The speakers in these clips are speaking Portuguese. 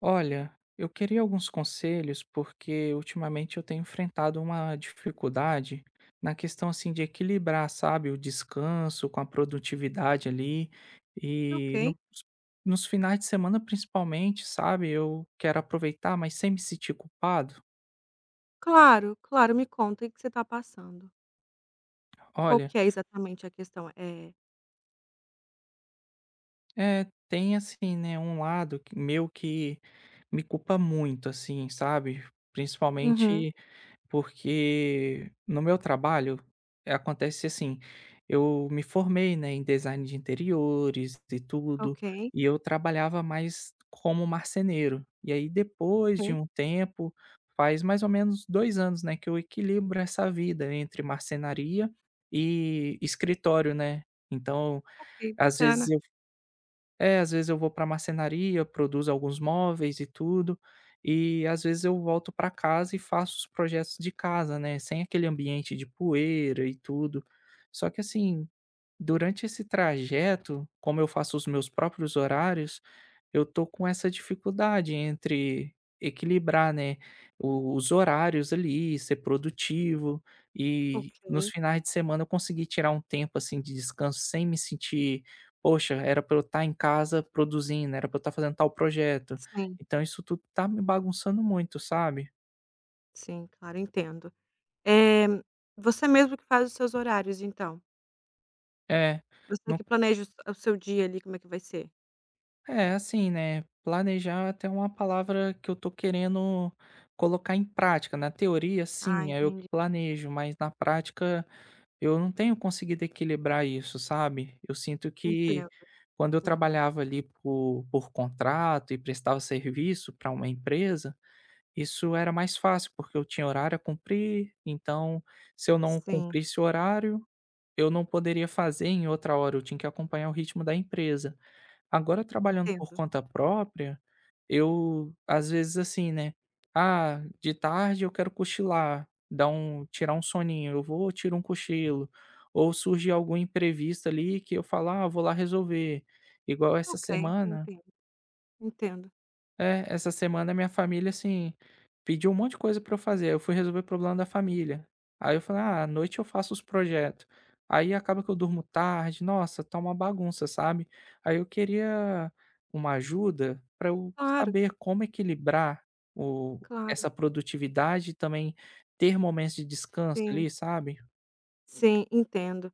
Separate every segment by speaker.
Speaker 1: Olha, eu queria alguns conselhos porque ultimamente eu tenho enfrentado uma dificuldade na questão, assim, de equilibrar, sabe, o descanso com a produtividade ali e
Speaker 2: Ok.
Speaker 1: nos finais de semana, principalmente, sabe? Eu quero aproveitar, mas sem me sentir culpado.
Speaker 2: Claro, claro, me conta o que você está passando. Qual
Speaker 1: Olha,
Speaker 2: que é exatamente a questão?
Speaker 1: tem assim, né, um lado meu que me culpa muito, assim, sabe?
Speaker 2: Uhum,
Speaker 1: Principalmente porque no meu trabalho, acontece assim: eu me formei, né, em design de interiores e tudo,
Speaker 2: ok,
Speaker 1: e eu trabalhava mais como marceneiro. E aí, depois de
Speaker 2: ok,
Speaker 1: um tempo, faz mais ou menos 2 anos, né, que eu equilibro essa vida entre marcenaria e escritório, né. Então,
Speaker 2: ok,
Speaker 1: às vezes
Speaker 2: bacana.
Speaker 1: é, às vezes eu vou pra marcenaria, produzo alguns móveis e tudo, e às vezes eu volto para casa e faço os projetos de casa, né, sem aquele ambiente de poeira e tudo. Só que, assim, durante esse trajeto, como eu faço os meus próprios horários, eu tô com essa dificuldade entre equilibrar, né, o os horários ali, ser produtivo,
Speaker 2: Ok,
Speaker 1: e nos finais de semana eu conseguir tirar um tempo, assim, de descanso sem me sentir: "Poxa, era para eu estar em casa produzindo, era para eu estar fazendo tal projeto".
Speaker 2: sim,
Speaker 1: Então isso tudo tá me bagunçando muito, sabe?
Speaker 2: sim, claro, entendo. Eh, você mesmo que faz os seus horários, então?
Speaker 1: É,
Speaker 2: Você que
Speaker 1: não.
Speaker 2: planeja o seu dia ali, como é que vai ser?
Speaker 1: É, assim, né, planejar é até uma palavra que eu tô querendo colocar em prática. Na teoria,
Speaker 2: Ah,
Speaker 1: sim, é eu que
Speaker 2: entendi.
Speaker 1: planejo, mas na prática eu não tenho conseguido equilibrar isso, sabe? Eu sinto que
Speaker 2: Entendo,
Speaker 1: quando eu
Speaker 2: entendo.
Speaker 1: trabalhava ali por contrato e prestava serviço para uma empresa, isso era mais fácil, porque eu tinha horário a cumprir. Então, se eu não
Speaker 2: Sim,
Speaker 1: cumprisse o horário, eu não poderia fazer em outra hora, eu tinha que acompanhar o ritmo da empresa. Agora, trabalhando por
Speaker 2: entendo.
Speaker 1: conta própria, eu às vezes, assim, né, ah, de tarde eu quero cochilar, dar um tirar um soninho, eu vou, tiro um cochilo, ou surge algum imprevisto ali que eu falo: "Ah, eu vou lá resolver". Igual essa
Speaker 2: Ok,
Speaker 1: semana
Speaker 2: entendo, entendo.
Speaker 1: é, essa semana minha família, assim, pediu um monte de coisa pra eu fazer, eu fui resolver o problema da família. Aí eu falei: "Ah, à noite eu faço os projetos". Aí acaba que eu durmo tarde, nossa, tá uma bagunça, sabe. Aí eu queria uma ajuda pra eu
Speaker 2: Claro,
Speaker 1: saber como equilibrar o
Speaker 2: claro,
Speaker 1: essa produtividade e também ter momentos de descanso
Speaker 2: sim,
Speaker 1: ali, sabe.
Speaker 2: sim, entendo.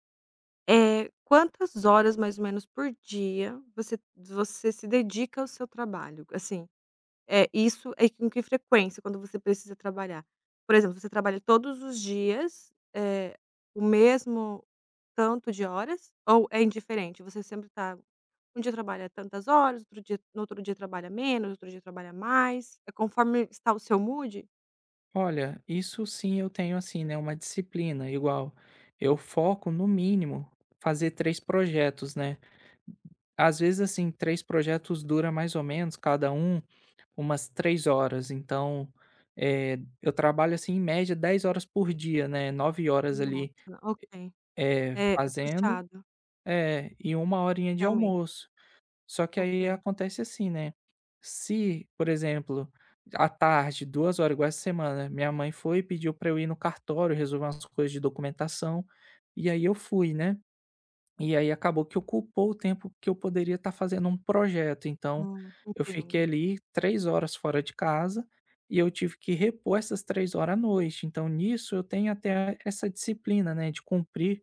Speaker 2: Quantas horas mais ou menos por dia você se dedica ao seu trabalho? Assim, isso é com que frequência quando você precisa trabalhar? Por exemplo, você trabalha todos os dias, o mesmo tanto de horas ou é indiferente? Você sempre tá um dia trabalha tantas horas, outro dia no outro dia trabalha menos, outro dia trabalha mais, é conforme está o seu mood?
Speaker 1: Olha, isso sim eu tenho, assim, né, uma disciplina. Igual, eu foco no mínimo fazer 3 projetos, né. Às vezes, assim, 3 projetos dura mais ou menos, cada um, umas 3 horas. Então, eh, eu trabalho, assim, em média 10 horas por dia, né, 9 horas ali,
Speaker 2: Nossa, ok.
Speaker 1: eh,
Speaker 2: É, é
Speaker 1: fazendo
Speaker 2: puxado,
Speaker 1: e uma horinha de
Speaker 2: realmente.
Speaker 1: almoço. Só que aí
Speaker 2: Ok.
Speaker 1: acontece assim, né, se, por exemplo, à tarde, 2 horas, igual essa semana, minha mãe foi e pediu para eu ir no cartório resolver umas coisas de documentação, e aí eu fui, né. E aí acabou que ocupou o tempo que eu poderia estar fazendo um projeto. Então eu fiquei
Speaker 2: Entendo,
Speaker 1: ali 3 horas fora de casa e eu tive que repor essas 3 horas à noite. Então nisso eu tenho até essa disciplina, né, de cumprir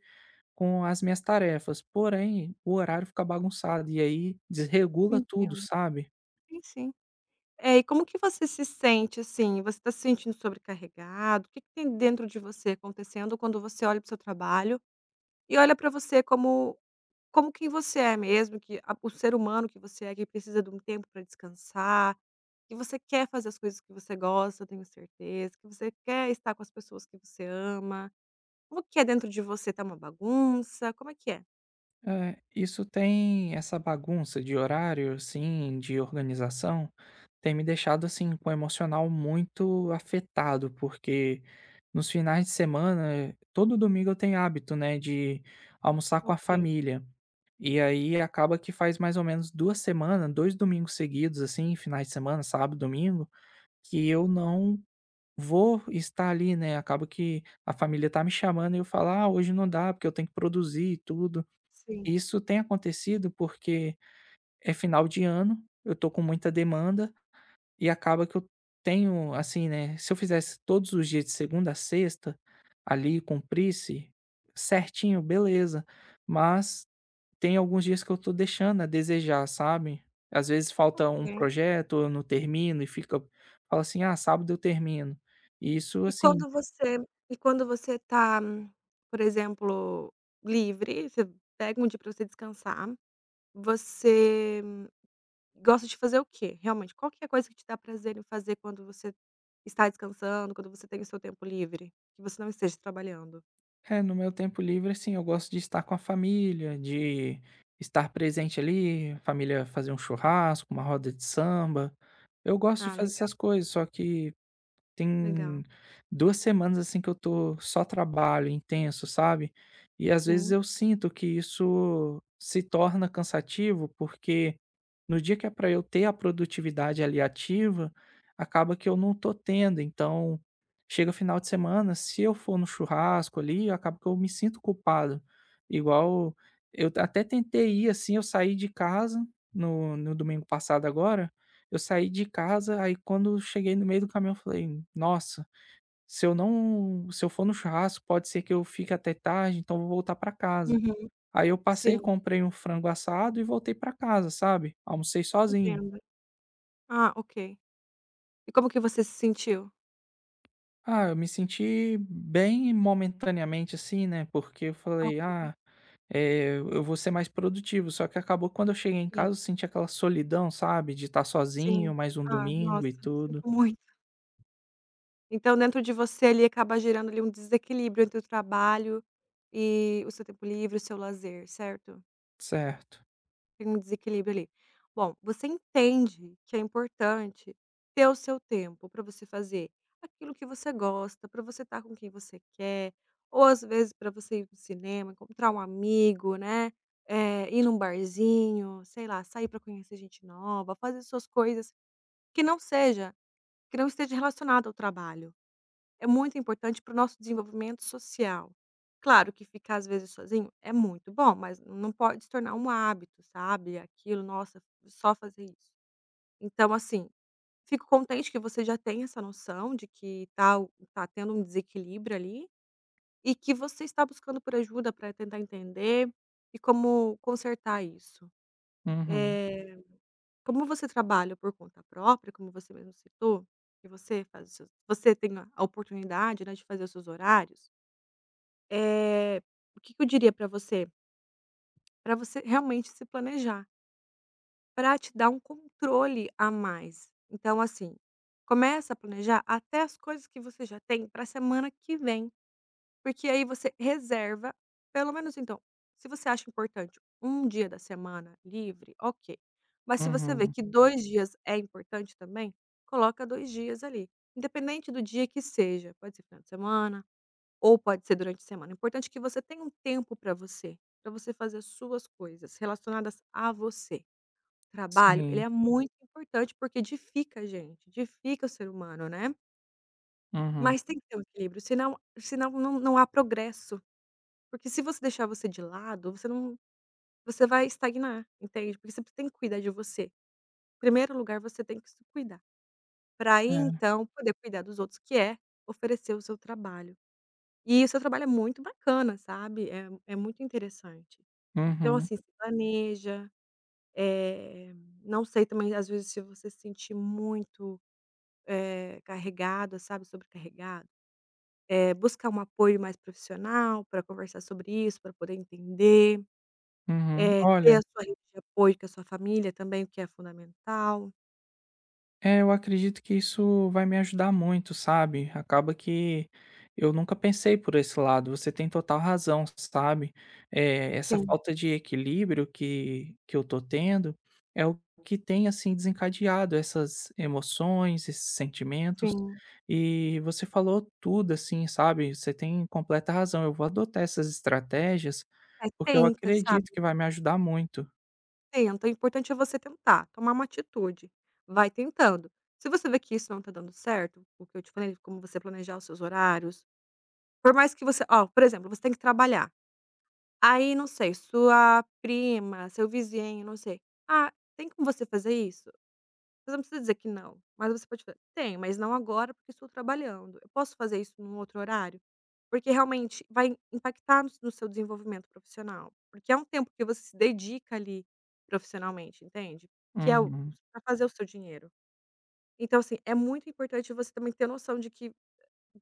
Speaker 1: com as minhas tarefas, porém o horário fica bagunçado e aí desregula tudo,
Speaker 2: entendo.
Speaker 1: sabe?
Speaker 2: Sim, sim. É, e como que você se sente, assim? Você está se sentindo sobrecarregado? O que que tem dentro de você acontecendo quando você olha para o seu trabalho e olha para você como quem você é mesmo, que a o ser humano que você é, que precisa de um tempo para descansar, que você quer fazer as coisas que você gosta, eu tenho certeza, que você quer estar com as pessoas que você ama. Como que é dentro de você? Tá uma bagunça? Como é que é?
Speaker 1: É, isso, tem essa bagunça de horário, assim, de organização, tem me deixado assim com o emocional muito afetado, porque nos finais de semana, eh, todo domingo eu tenho hábito, né, de almoçar com a
Speaker 2: Ok,
Speaker 1: família. E aí acaba que faz mais ou menos 2 semanas, dois domingos seguidos, assim, finais de semana, sábado, domingo, que eu não vou estar ali, né? Acaba que a família tá me chamando e eu falo: "Ah, hoje não dá, porque eu tenho que produzir e tudo".
Speaker 2: sim,
Speaker 1: Isso tem acontecido porque é final de ano, eu tô com muita demanda, e acaba que eu tenho, assim, né, se eu fizesse todos os dias de segunda a sexta, ali, cumprisse certinho, beleza, mas tem alguns dias que eu tô deixando a desejar, sabe. Às vezes falta um
Speaker 2: ok.
Speaker 1: projeto, eu não termino e fica, fala assim: "Ah, sábado eu termino". E isso,
Speaker 2: E
Speaker 1: assim...
Speaker 2: quando você e quando você tá, por exemplo, livre, você pega um dia pra você descansar, você gosta de fazer o quê? Realmente, qual que é a coisa que te dá prazer em fazer quando você está descansando, quando você tem o seu tempo livre, que você não esteja trabalhando?
Speaker 1: É, no meu tempo livre, assim, eu gosto de estar com a família, de estar presente ali, a família fazer um churrasco, uma roda de samba. Eu gosto
Speaker 2: Ah,
Speaker 1: de fazer
Speaker 2: legal,
Speaker 1: essas coisas, só que
Speaker 2: legal.
Speaker 1: tem 2 semanas, assim, que eu tô só trabalho intenso, sabe. E às vezes
Speaker 2: Sim.
Speaker 1: eu sinto que isso se torna cansativo, porque no dia que é para eu ter a produtividade ali ativa, acaba que eu não tô tendo. Então, chega final de semana, se eu for no churrasco ali, acaba que eu me sinto culpado. Igual, eu até tentei ir, assim, eu saí de casa, no domingo passado agora eu saí de casa, aí quando cheguei no meio do caminho eu falei: "Nossa, se eu for no churrasco, pode ser que eu fique até tarde, então vou voltar pra casa".
Speaker 2: Uhum.
Speaker 1: Aí eu passei,
Speaker 2: Sim,
Speaker 1: comprei um frango assado e voltei pra casa, sabe. Almocei sozinho.
Speaker 2: entendo. Ah, ok. E como que você se sentiu?
Speaker 1: Ah, eu me senti bem momentaneamente, assim, né, porque eu falei:
Speaker 2: Ok,
Speaker 1: "Ah, eu vou ser mais produtivo". Só que acabou que quando eu cheguei em
Speaker 2: sim,
Speaker 1: casa eu senti aquela solidão, sabe, de estar
Speaker 2: sim.
Speaker 1: sozinho, mais um
Speaker 2: Ah,
Speaker 1: domingo
Speaker 2: nossa,
Speaker 1: e
Speaker 2: sinto
Speaker 1: tudo.
Speaker 2: muito. Então dentro de você ali acaba gerando ali um desequilíbrio entre o trabalho e o seu tempo livre, o seu lazer, certo?
Speaker 1: Certo.
Speaker 2: Tem um desequilíbrio ali. Bom, você entende que é importante ter o seu tempo para você fazer aquilo que você gosta, para você estar com quem você quer, ou às vezes para você ir no cinema, encontrar um amigo, né? Ir num barzinho, sei lá, sair para conhecer gente nova, fazer suas coisas que não seja que não esteja relacionado ao trabalho. É muito importante para o nosso desenvolvimento social. Claro que ficar às vezes sozinho é muito bom, mas não pode se tornar um hábito, sabe? Aquilo, nossa, só fazer isso. Então, assim, fico contente que você já tem essa noção de que tá tendo um desequilíbrio ali e que você está buscando por ajuda para tentar entender e como consertar isso.
Speaker 1: Uhum,
Speaker 2: Eh, como você trabalha por conta própria, como você mesmo citou, que você faz os seus, você tem a oportunidade, né, de fazer os seus horários. Eh, o que que eu diria para você? Para você realmente se planejar, para te dar um controle a mais. Então, assim, começa a planejar até as coisas que você já tem para a semana que vem, porque aí você reserva, pelo menos então, se você acha importante um dia da semana livre, ok. Mas se você vê
Speaker 1: uhum.
Speaker 2: que 2 dias é importante também, coloca 2 dias ali, independente do dia que seja, pode ser final de semana ou pode ser durante a semana. O importante é que você tenha um tempo para você fazer as suas coisas relacionadas a você. Trabalho, ele
Speaker 1: Sim,
Speaker 2: é muito importante porque edifica a gente, edifica o ser humano, né.
Speaker 1: uhum.
Speaker 2: Mas tem que ter um equilíbrio, senão, não há progresso. Porque se você deixar você de lado, você não você vai estagnar, entende. Porque você tem que cuidar de você. Em primeiro lugar, você tem que se cuidar, para aí
Speaker 1: É,
Speaker 2: então poder cuidar dos outros, que é oferecer o seu trabalho. E o seu trabalho é muito bacana, sabe, é muito interessante. Então,
Speaker 1: uhum,
Speaker 2: assim, se planeja, eh, não sei também, às vezes, se você se sentir muito, carregada, sabe, sobrecarregado, buscar um apoio mais profissional para conversar sobre isso, para poder entender,
Speaker 1: uhum. Olha,
Speaker 2: ter a sua rede de apoio, que é a sua família também, o que é fundamental.
Speaker 1: eu acredito que isso vai me ajudar muito, sabe? Acaba que eu nunca pensei por esse lado. Você tem total razão, sabe? É, essa
Speaker 2: Sim,
Speaker 1: falta de equilíbrio que eu tô tendo é o que tem, assim, desencadeado essas emoções, esses sentimentos.
Speaker 2: sim.
Speaker 1: E você falou tudo, assim, sabe? Você tem completa razão. Eu vou adotar essas estratégias
Speaker 2: É,
Speaker 1: porque eu
Speaker 2: tenta, sabe,
Speaker 1: acredito que vai me ajudar muito.
Speaker 2: tenta, o importante é você tentar, tomar uma atitude, vai tentando. Se você vê que isso não está dando certo, o que eu te falei, como você planejar os seus horários. Por mais que você ó, por exemplo, você tem que trabalhar, aí não sei, sua prima, seu vizinho, não sei: "Ah, tem como você fazer isso?" Você não precisa dizer que não, mas você pode falar: tem, mas não agora porque estou trabalhando. Eu posso fazer isso num outro horário?" Porque realmente vai impactar no seu desenvolvimento profissional, porque é um tempo que você se dedica ali profissionalmente, entende? Que é
Speaker 1: Uhum.
Speaker 2: para fazer o seu dinheiro. Então assim, é muito importante você também ter noção de que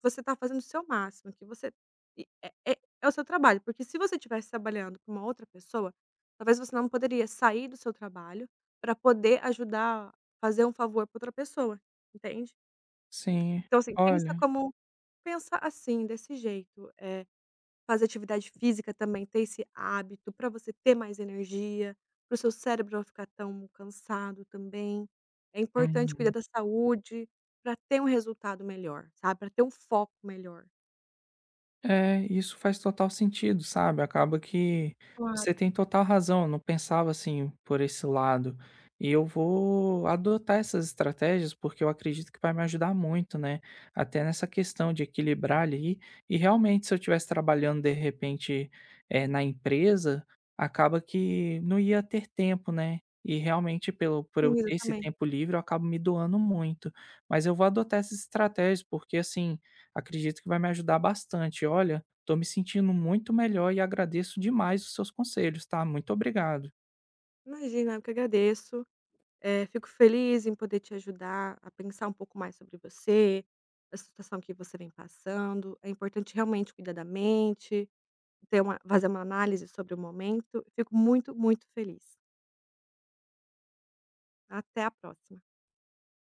Speaker 2: você está fazendo o seu máximo, que você e é o seu trabalho, porque se você estivesse trabalhando para uma outra pessoa, talvez você não poderia sair do seu trabalho para poder ajudar, fazer um favor para outra pessoa, entende?
Speaker 1: Sim,
Speaker 2: Então, assim,
Speaker 1: olha,
Speaker 2: pensa assim, desse jeito. Fazer atividade física também, ter esse hábito para você ter mais energia, para o seu cérebro não ficar tão cansado também. É importante cuidar
Speaker 1: uhum.
Speaker 2: da saúde para ter um resultado melhor, sabe. Para ter um foco melhor.
Speaker 1: É, isso faz total sentido, sabe? Acaba que você
Speaker 2: Claro.
Speaker 1: tem total razão, eu não pensava assim por esse lado. E eu vou adotar essas estratégias porque eu acredito que vai me ajudar muito, né? Até nessa questão de equilibrar ali. E realmente, se eu estivesse trabalhando, de repente, eh, na empresa, acaba que não ia ter tempo, né? E realmente, por eu
Speaker 2: Sim,
Speaker 1: ter esse
Speaker 2: exatamente.
Speaker 1: tempo livre, eu acabo me doando muito. Mas eu vou adotar essas estratégias, porque assim, acredito que vai me ajudar bastante. Olha, estou me sentindo muito melhor e agradeço demais os seus conselhos, tá? Muito obrigado.
Speaker 2: Imagina, eu que agradeço. Fico feliz em poder te ajudar a pensar um pouco mais sobre você, a situação que você vem passando. É importante realmente cuidar da mente, ter uma fazer uma análise sobre o momento. Fico muito, muito feliz. Até a próxima.